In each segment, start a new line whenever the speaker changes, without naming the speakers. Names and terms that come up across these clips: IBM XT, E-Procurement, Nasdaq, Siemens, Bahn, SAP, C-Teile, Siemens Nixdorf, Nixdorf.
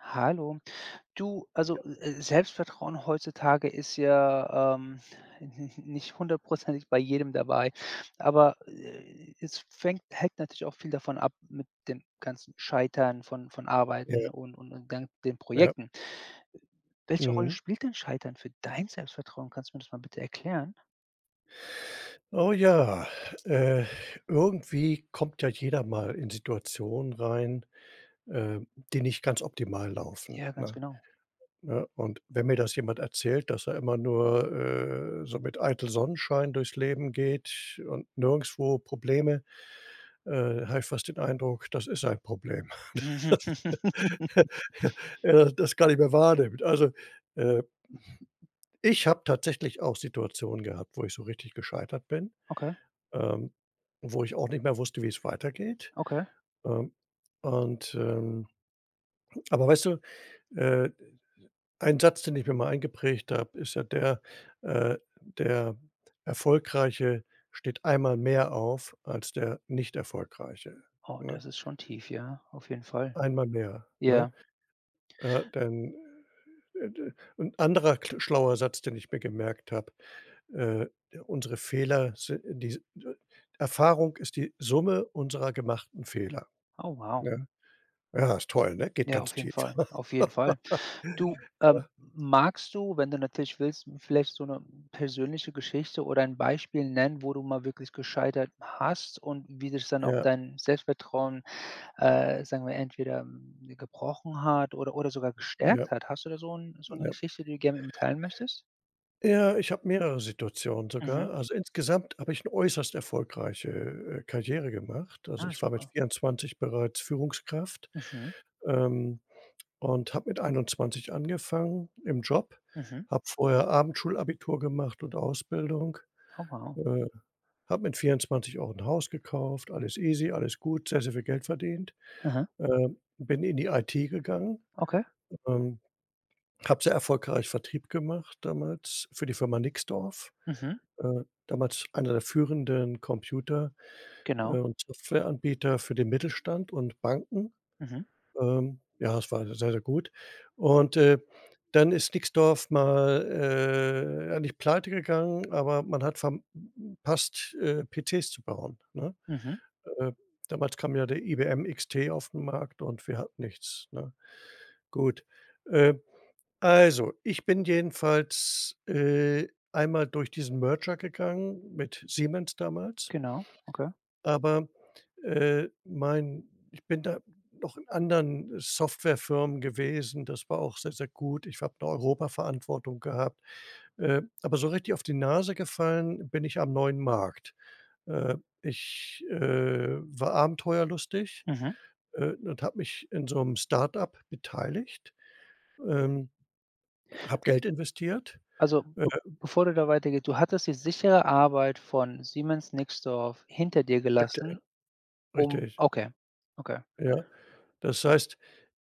Hallo. Du, Selbstvertrauen heutzutage ist ja, nicht hundertprozentig bei jedem dabei, aber, es fängt hängt natürlich auch viel davon ab mit dem ganzen Scheitern von
Ja,
Arbeiten und dann den
ja.
Projekten. Welche Rolle
Mhm.
spielt denn Scheitern für dein Selbstvertrauen? Kannst du mir das mal bitte erklären?
Oh ja, äh, irgendwie kommt ja jeder mal in Situationen rein, äh, die nicht ganz optimal laufen,
Ja, ganz
ne?
genau.
Ne? Und wenn mir das jemand erzählt, dass er immer nur, so mit eitel Sonnenschein durchs Leben geht und nirgendswo Probleme, habe ich fast den Eindruck, das ist ein Problem. Das kann ich mir wahrnimmt. Also, äh, ich habe tatsächlich auch Situationen gehabt, wo ich so richtig gescheitert bin.
Okay,
ähm, Wo ich auch nicht mehr wusste, wie es weitergeht.
okay.
Ähm, und, aber weißt du, äh, ein Satz, den ich mir mal eingeprägt habe, ist ja der, „Der Erfolgreiche steht einmal mehr auf als der Nicht-Erfolgreiche",
Oh,
ne?
das ist schon tief, ja, auf jeden Fall.
Einmal mehr, ne?
Ja.
Denn, d 'n anderer kl schlauer Satz, den ich mir gemerkt habe, äh: „Unsere Fehler si die äh, Erfahrung ist die Summe unserer gemachten Fehler",
Oh, wow.
ja? Ja, ist toll, ne? Geht
Ja,
ganz
auf jeden
tief.
Fall, auf jeden Fall. Du,
Ja,
magst du, wenn du natürlich willst, vielleicht so eine persönliche Geschichte oder ein Beispiel nennen, wo du mal wirklich gescheitert hast und wie sich dann auch
ja,
dein Selbstvertrauen, sagen wir, entweder, hm, gebrochen hat oder sogar
ja,
gestärkt hat? Hast du da so 'ne
ja.
Geschichte, die du gerne mit mir teilen möchtest?
Ja, ich habe mehrere Situationen
Mhm.
sogar. Also, insgesamt habe ich 'ne äußerst erfolgreiche, Karriere gemacht. Also,
Ah,
ich war mit
super.
24 bereits Führungskraft,
Mhm.
ähm, und habe mit 21 angefangen im Job,
Mhm.
habe vorher Abendschulabitur gemacht und Ausbildung,
Oh, wow.
äh, habe mit 24 auch 'n Haus gekauft, alles easy, alles gut, sehr, sehr viel Geld verdient.
Aha.
Bin in die IT gegangen.
Okay.
ähm Habe sehr erfolgreich Vertrieb gemacht damals für die Firma Nixdorf,
Mhm.
damals einer der führenden Computer
Genau.
und Softwareanbieter für den Mittelstand und Banken.
Mhm.
Ja, es war sehr, sehr gut. Und, dann ist Nixdorf mal, ja, nicht pleite gegangen, aber man hat verpasst passt, PCs zu bauen, ne?
Mhm.
Äh, Damals kam ja der IBM XT auf den Markt und wir hatten nichts, ne? Gut, äh also, ich bin jedenfalls, einmal durch diesen Merger gegangen mit Siemens damals,
Genau. Okay.
aber, mein ich bin da noch in anderen Softwarefirmen gewesen. Das war auch sehr, sehr gut. Ich habe 'ne Europaverantwortung gehabt. Aber so richtig auf die Nase gefallen bin ich am neuen Markt. Äh, ich, war abenteuerlustig,
Mhm.
und habe mich in so einem Start-up beteiligt, ähm, habe Geld investiert.
Also,
äh
be bevor du da weitergehst, du hattest die sichere Arbeit von Siemens Nixdorf hinter dir gelassen, um
Richtig,
okay, okay.
ja. Das heißt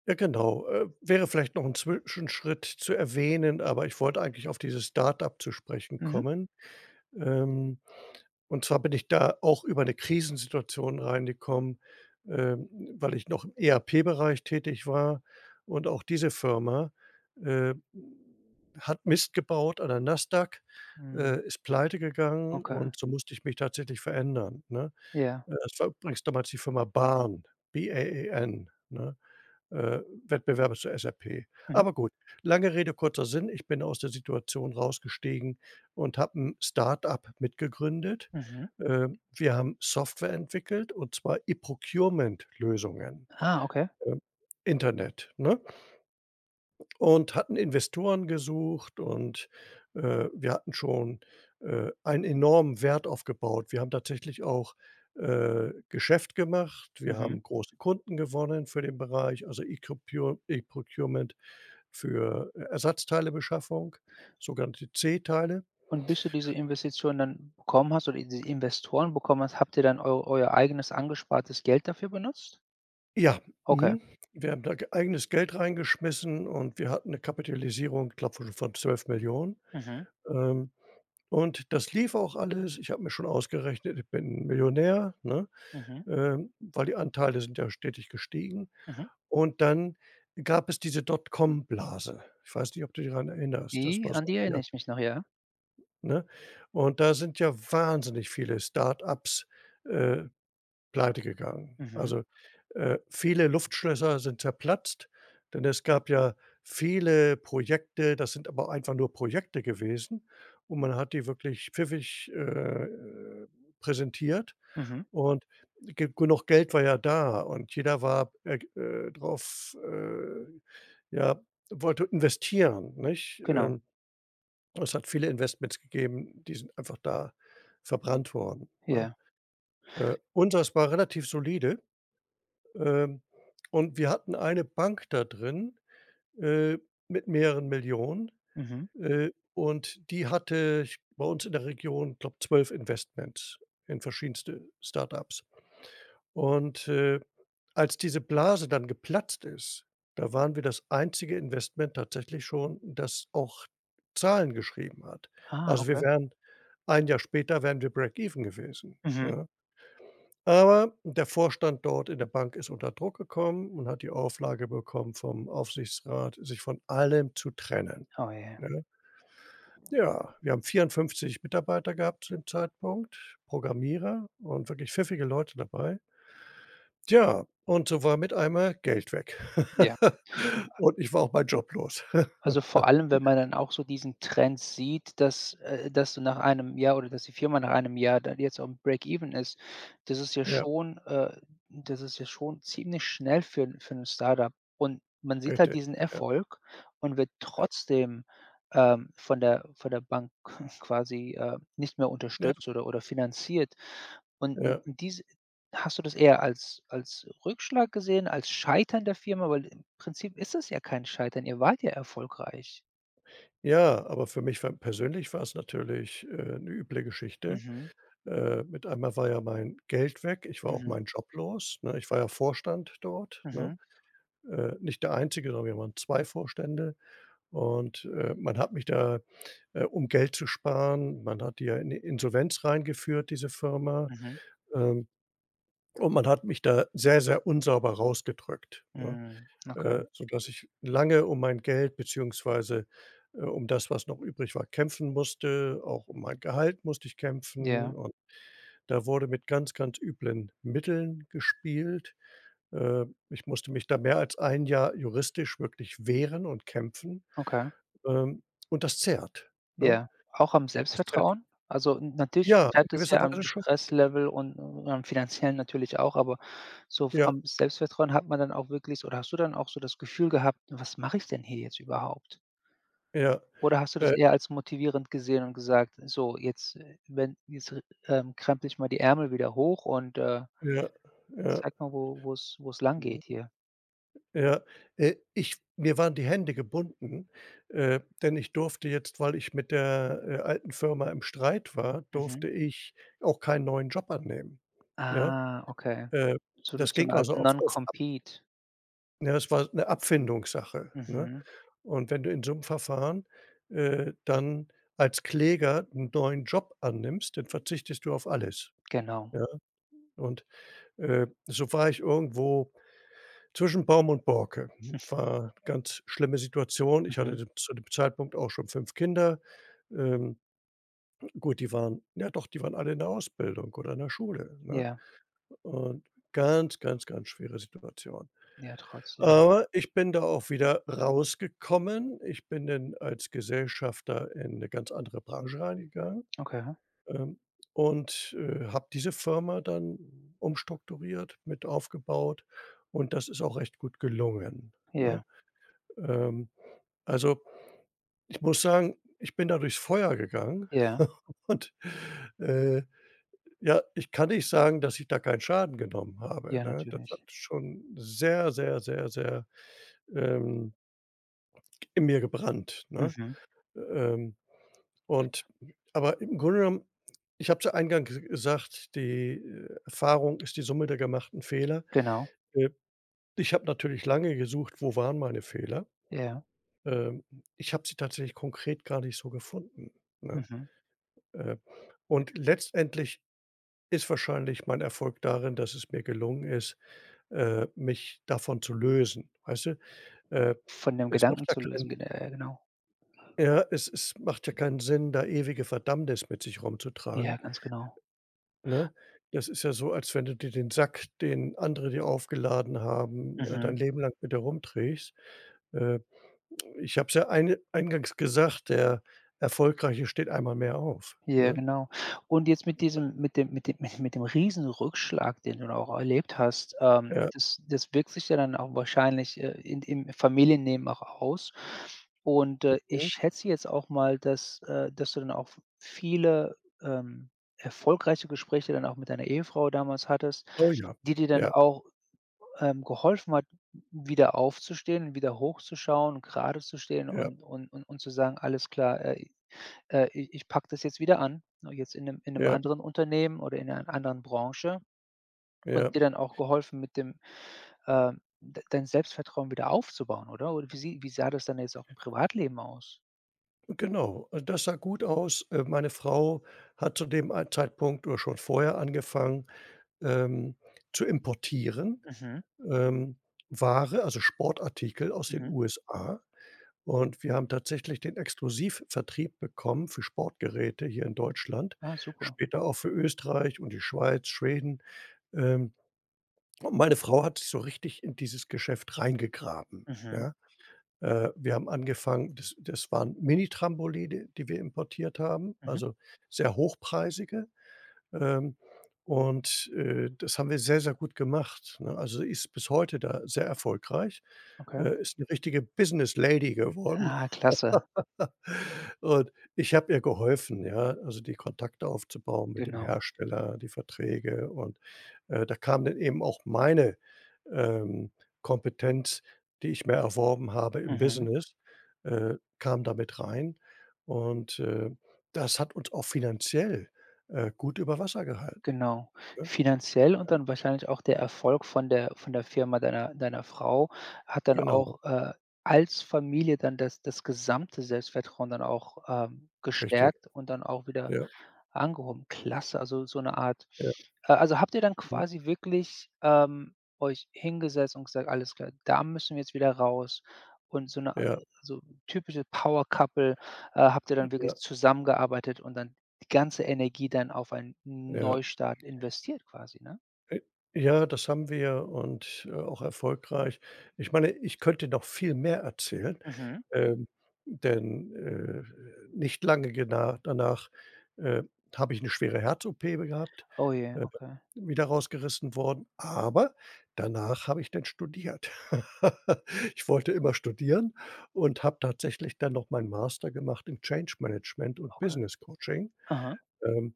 ja genau, wäre vielleicht noch 'n Zwischenschritt zu erwähnen, aber ich wollte eigentlich auf dieses Start-up zu sprechen
Mhm.
kommen. Ähm, und zwar bin ich da auch über 'ne Krisensituation reingekommen, ähm, weil ich noch im ERP-Bereich tätig war und auch diese Firma, äh, hat Mist gebaut an der Nasdaq,
Hm,
ist pleitegegangen
okay.
und so musste ich mich tatsächlich verändern, ne?
Ja.
Es war übrigens damals die Firma Bahn, BAEN, ne, Wettbewerber zur SAP.
Mhm,
Aber gut, lange Rede, kurzer Sinn. Ich bin aus der Situation rausgestiegen und habe 'n Start-up mitgegründet.
mhm.
Wir haben Software entwickelt und zwar E-Procurement-Lösungen,
Ah, okay.
ähm, Internet, ne? Und hatten Investoren gesucht und, wir hatten schon, einen enormen Wert aufgebaut. Wir haben tatsächlich auch, Geschäft gemacht. Wir
Mhm.
haben große Kunden gewonnen für den Bereich, also E-Procurement für Ersatzteilebeschaffung, sogenannte C-Teile.
Und bis du diese Investition dann bekommen hast oder diese Investoren bekommen hast, habt ihr dann eu euer eigenes angespartes Geld dafür benutzt?
Ja,
Okay.
mhm. Wir haben da ge eigenes Geld reingeschmissen und wir hatten eine Kapitalisierung, glaube ich, von 12 Millionen.
Mhm,
Ähm Und das lief auch alles. Ich habe mir schon ausgerechnet, ich bin Millionär, ne?
mhm,
Weil die Anteile sind ja stetig gestiegen.
mhm.
Und dann gab es diese Dotcom-Blase. Ich weiß nicht, ob du dich daran erinnerst. Das
Die
war
an
so,
die
ja,
erinnere ich mich noch, ja.
ne? Und da sind ja wahnsinnig viele Start-ups äh pleitegegangen.
Mhm,
Also, viele Luftschlösser sind zerplatzt, denn es gab ja viele Projekte, das sind aber einfach nur Projekte gewesen und man hat die wirklich pfiffig, präsentiert
mhm.
und ge genug Geld war ja da und jeder war, drauf, ja, wollte investieren, nicht?
Genau,
Es hat viele Investments gegeben, die sind einfach da verbrannt worden, ne?
ja.
Unseres war relativ solide. Ähm, und wir hatten eine Bank da drin, äh, mit mehreren Millionen,
Mhm.
und die hatte ich bei uns in der Region, glaube 12 Investments in verschiedenste Startups. Und, als diese Blase dann geplatzt ist, da waren wir das einzige Investment tatsächlich schon, das auch Zahlen geschrieben hat.
Ah,
Also, wir
okay.
wären ein Jahr später wären wir Break-even gewesen,
Mhm.
ja? Aber der Vorstand dort in der Bank ist unter Druck gekommen und hat die Auflage bekommen vom Aufsichtsrat, sich von allem zu trennen,
Oh, ja.
ne? Ja, wir haben 54 Mitarbeiter gehabt zu dem Zeitpunkt, Programmierer und wirklich pfiffige Leute dabei. Tja, und so war mit einmal Geld weg.
Ja.
Und ich war auch meinen Job los.
Also, vor allem, wenn man dann auch so diesen Trend sieht, dass dass du nach einem Jahr oder dass die Firma nach einem Jahr dann jetzt aufm Break-even ist. Das ist ja
Ja,
schon das ist ja schon ziemlich schnell für 'n für ein Startup. Und man sieht halt
richtig.
diesen
Ja,
Erfolg und wird trotzdem, von der Bank quasi, nicht mehr
ja,
unterstützt oder finanziert. Und und
ja.
und diese hast du das eher als Rückschlag gesehen, als Scheitern der Firma? Weil im Prinzip ist es ja kein Scheitern, ihr wart ja erfolgreich.
Ja, aber für mich war persönlich war's natürlich, 'ne üble Geschichte.
Mhm,
Mit einmal war ja mein Geld weg, ich war auch
mhm,
meinen Job los, ne? Ich war ja Vorstand dort, ne?
mhm,
Nicht der Einzige, sondern wir waren 2 Vorstände und, man hat mich da, um Geld zu sparen man hat die ja in die Insolvenz reingeführt, diese Firma,
mhm,
ähm, und man hat mich da sehr, sehr unsauber rausgedrückt, ne?
mhm. Okay.
Sodass ich lange um mein Geld beziehungsweise, um das, was noch übrig war, kämpfen musste. Auch um mein Gehalt musste ich kämpfen,
Ja,
da wurde mit ganz, ganz üblen Mitteln gespielt. Ich musste mich da mehr als ein Jahr juristisch wirklich wehren und kämpfen,
okay.
ähm, und das zehrt, ne?
Ja. Auch am
Das zehrt.
Selbstvertrauen? Also, n natürlich
Ja, in
scheitert es
gewisser
ja am
Weise schon.
Stresslevel und am Finanziellen natürlich auch, aber so f
Ja,
am Selbstvertrauen hat man dann auch wirklich oder hast du dann auch so das Gefühl gehabt: „Was mache ich denn hier jetzt überhaupt?“
ja,
Oder hast du das
äh,
eher als motivierend gesehen und gesagt: „So, jetzt, wenn jetzt r krempel ich mal die Ärmel wieder hoch und,
ja, ja,
zeig mal, wo wo es wo's wo's
Mhm.
langgeht hier.“
Ja. Ich Mir waren die Hände gebunden, denn ich durfte jetzt, weil ich mit der, alten Firma im Streit war,
Mhm.
durfte ich auch keinen neuen Job annehmen, ja?
Ah, okay.
Äh,
So
Das
'ne
ging
Art
also auf auf.
Non-Compete.
Ja, es war 'ne Abfindungssache, ne?
Mhm,
Und wenn du in so 'nem Verfahren, dann als Kläger 'n neuen Job annimmst, dann verzichtest du auf alles,
genau.
ja? Und, so war ich irgendwo zwischen Baum und Borke. War ganz schlimme Situation. Ich hatte
Mhm.
d zu dem Zeitpunkt auch schon 5 Kinder. Ähm, gut, die waren alle in der Ausbildung oder in der Schule, ne?
Ja,
Und ganz, ganz, ganz schwere Situation.
ja, trotzdem, ja.
Aber ich bin da auch wieder rausgekommen. Ich bin dann als Gesellschafter in 'ne ganz andere Branche reingegangen,
Okay.
ähm, habe diese Firma dann umstrukturiert, mit aufgebaut und das ist auch recht gut gelungen, ne?
Ja,
Ähm, also, ich muss sagen, ich bin da durchs Feuer gegangen
ja,
und, äh, ja, ich kann nicht sagen, dass ich da keinen Schaden genommen habe,
ja,
ne? Das hat
natürlich.
schon sehr, sehr, sehr, sehr, ähm in mir gebrannt, ne?
Mhm,
Ähm, und aber im Grunde genommen ich habe es ja eingangs gesagt, die, Erfahrung ist die Summe der gemachten Fehler.
genau.
Äh, Ich habe natürlich lange gesucht, wo waren meine Fehler.
Ja,
Ähm, Ich habe sie tatsächlich konkret gar nicht so gefunden, ne?
mhm.
Äh, und letztendlich ist wahrscheinlich mein Erfolg darin, dass es mir gelungen ist, mich davon zu lösen, weißt du? Äh,
Von dem
es macht
Gedanken
ja
zu
keinen
lösen, genau.
Ja, es macht ja keinen Sinn, da ewige Verdammnis mit sich
Ja,
rumzutragen,
ganz genau.
ne? Das ist ja so, als wenn du dir den Sack, den andere dir aufgeladen haben,
Mhm.
dein Leben lang mit dir rumträgst. Äh, Ich habe es ja eine eingangs gesagt, der Erfolgreiche steht einmal mehr auf,
Ja,
ne?
genau. Und jetzt mit diesem mit dem Riesenrückschlag, den du da auch erlebt hast,
Ja,
das wirkt sich ja dann auch wahrscheinlich, in im Familienleben auch aus. Und, ich
mhm.
schätze jetzt auch mal, dass, dass du dann auch viele, ähm, erfolgreiche Gespräche dann auch mit deiner Ehefrau damals hattest,
Oh ja.
die dir dann
Ja,
auch, geholfen hat, wieder aufzustehen, wieder hochzuschauen, gerade zu stehen
ja,
und zu sagen: „Alles klar, i ich packe das jetzt wieder an, ne, jetzt in einem in 'nem
ja,
anderen Unternehmen oder in einer anderen Branche
ja,
und dir dann auch geholfen, mit dem, äh d dein Selbstvertrauen wieder aufzubauen, oder? Oder wie sah das dann jetzt auch im Privatleben aus?
genau. Also, das sah gut aus. Meine Frau hat zu dem Zeitpunkt oder schon vorher angefangen, ähm, zu importieren.
Mhm,
ähm, Ware, also Sportartikel aus den
mhm.
USA. Und wir haben tatsächlich den Exklusivvertrieb bekommen für Sportgeräte hier in Deutschland,
Ah, super.
später auch für Österreich und die Schweiz, Schweden. Ähm, und meine Frau hat sich so richtig in dieses Geschäft reingegraben,
Mhm,
ja. Wir haben angefangen. Das, das waren Mini-Trampoline, die wir importiert haben,
mhm,
also sehr hochpreisige. Ähm, Das haben wir sehr, sehr gut gemacht, ne? Also, sie ist bis heute da sehr erfolgreich.
okay.
Ist 'ne richtige Business Lady geworden
Ah, klasse,
und ich habe ihr geholfen, ja, also die Kontakte aufzubauen mit dem
genau.
Hersteller, die Verträge und, da kam dann eben auch meine, ähm, Kompetenz, die ich mir erworben habe im
Mhm.
Business, kam da mit rein und, das hat uns auch finanziell, gut über Wasser gehalten,
Genau.
ne?
Finanziell und
Ja,
dann wahrscheinlich auch der Erfolg von der Firma deiner Frau hat dann
genau,
auch, als Familie dann das gesamte Selbstvertrauen dann auch,
richtig.
gestärkt und dann auch wieder
Ja,
Angehoben, klasse, also so eine Art
ja,
also habt ihr dann
mhm,
quasi wirklich, euch hingesetzt und gesagt: „Alles klar, da müssen wir jetzt wieder raus.“ Und so eine al
ja,
so typische Power Couple, habt ihr dann wirklich
ja,
zusammengearbeitet und dann die ganze Energie dann auf einen
ja.
Neustart investiert quasi, ne?
Äh, ja, das haben wir und, auch erfolgreich. Ich meine, ich könnte noch viel mehr erzählen,
Mhm.
ähm, denn, nicht lange gena danach, äh, habe ich eine schwere Herz-OP gehabt,
Oh je,
äh,
okay,
wieder rausgerissen worden, aber danach habe ich dann studiert. Ich wollte immer studieren und habe tatsächlich dann noch meinen Master gemacht in Change Management und
okay.
Business Coaching.
Aha,
Ähm,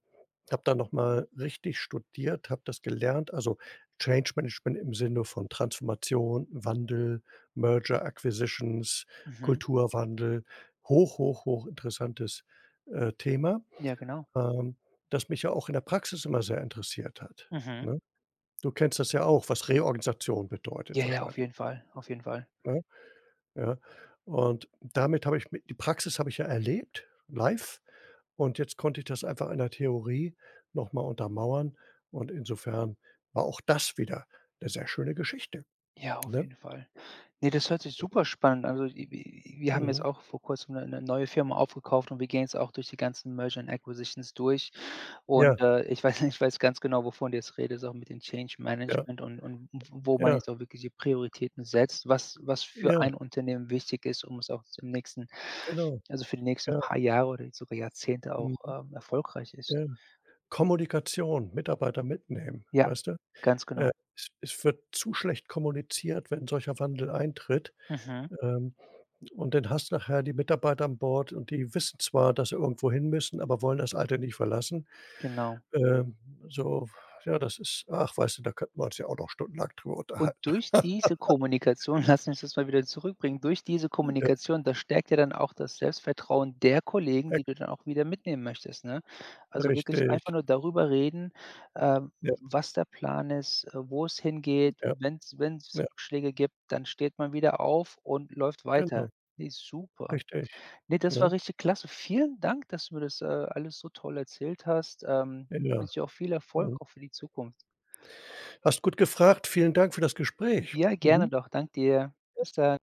Habe dann noch mal richtig studiert, habe das gelernt, also Change Management im Sinne von Transformation, Wandel, Merger, Acquisitions,
mhm.
Kulturwandel. Hoch, hoch, hochinteressantes, Thema,
Ja, genau.
ähm, das mich ja auch in der Praxis immer sehr interessiert hat,
Mhm.
ne? Du kennst das ja auch, was Reorganisation bedeutet
Ja, ja, auf
wahrscheinlich,
jeden Fall, auf jeden Fall.
ne? Ja, und damit habe ich mi die Praxis habe ich ja erlebt, live. Und jetzt konnte ich das einfach in der Theorie noch mal untermauern und insofern war auch das wieder eine sehr schöne Geschichte,
Ja, auf
ne?
jeden Fall. Ne, das hört sich super spannend an. Also, i wi wir haben jetzt
Mhm.
auch vor Kurzem eine neue Firma aufgekauft und wir gehen jetzt auch durch die ganzen Merger and Acquisitions durch. Und,
Ja,
ich weiß ich weiß ganz genau, wovon du jetzt redest, auch mit dem Change
ja,
Management und wo man
ja,
jetzt auch wirklich die Prioritäten setzt, was für ein
ja,
Unternehmen wichtig ist, um es auch im nächsten
genau.
also, für die nächsten
Ja,
paar Jahre oder sogar Jahrzehnte auch,
mhm,
erfolgreich ist.
ja. Kommunikation, Mitarbeiter mitnehmen,
Ja,
weißt du?
ganz
Äh,
genau.
es wird zu schlecht kommuniziert, wenn solcher Wandel eintritt,
Mhm,
ähm, und dann hast du nachher die Mitarbeiter an Bord und die wissen zwar, dass sie irgendwo hin müssen, aber wollen das Alte nicht verlassen.
genau.
Ähm, so, ja, das ist ach, weißt du, da könnten wir uns ja auch noch stundenlang drüber
Und
unterhalten.
durch diese Kommunikation lass mich das mal wieder zurückbringen, durch diese
Ja,
Kommunikation, das stärkt ja dann auch das Selbstvertrauen der Kollegen,
ex
die du dann auch wieder mitnehmen möchtest, ne? Also, wirklich
richtig.
einfach nur darüber reden, ähm,
Ja,
was der Plan ist, wo es hingeht.
ja,
Wenn es
ja,
Rückschläge gibt, dann steht man wieder auf und läuft weiter.
genau,
Ne, super.
richtig,
Ne, das war
ne?
richtig klasse. Vielen Dank, dass du mir das, alles so toll erzählt hast. Ich
Ja,
wünsche dir auch viel
mhm.
Erfolg, auch für die Zukunft.
Hast gut gefragt. Vielen Dank für das Gespräch.
Ja, gerne
Mhm.
doch. Dank dir. Bis dann.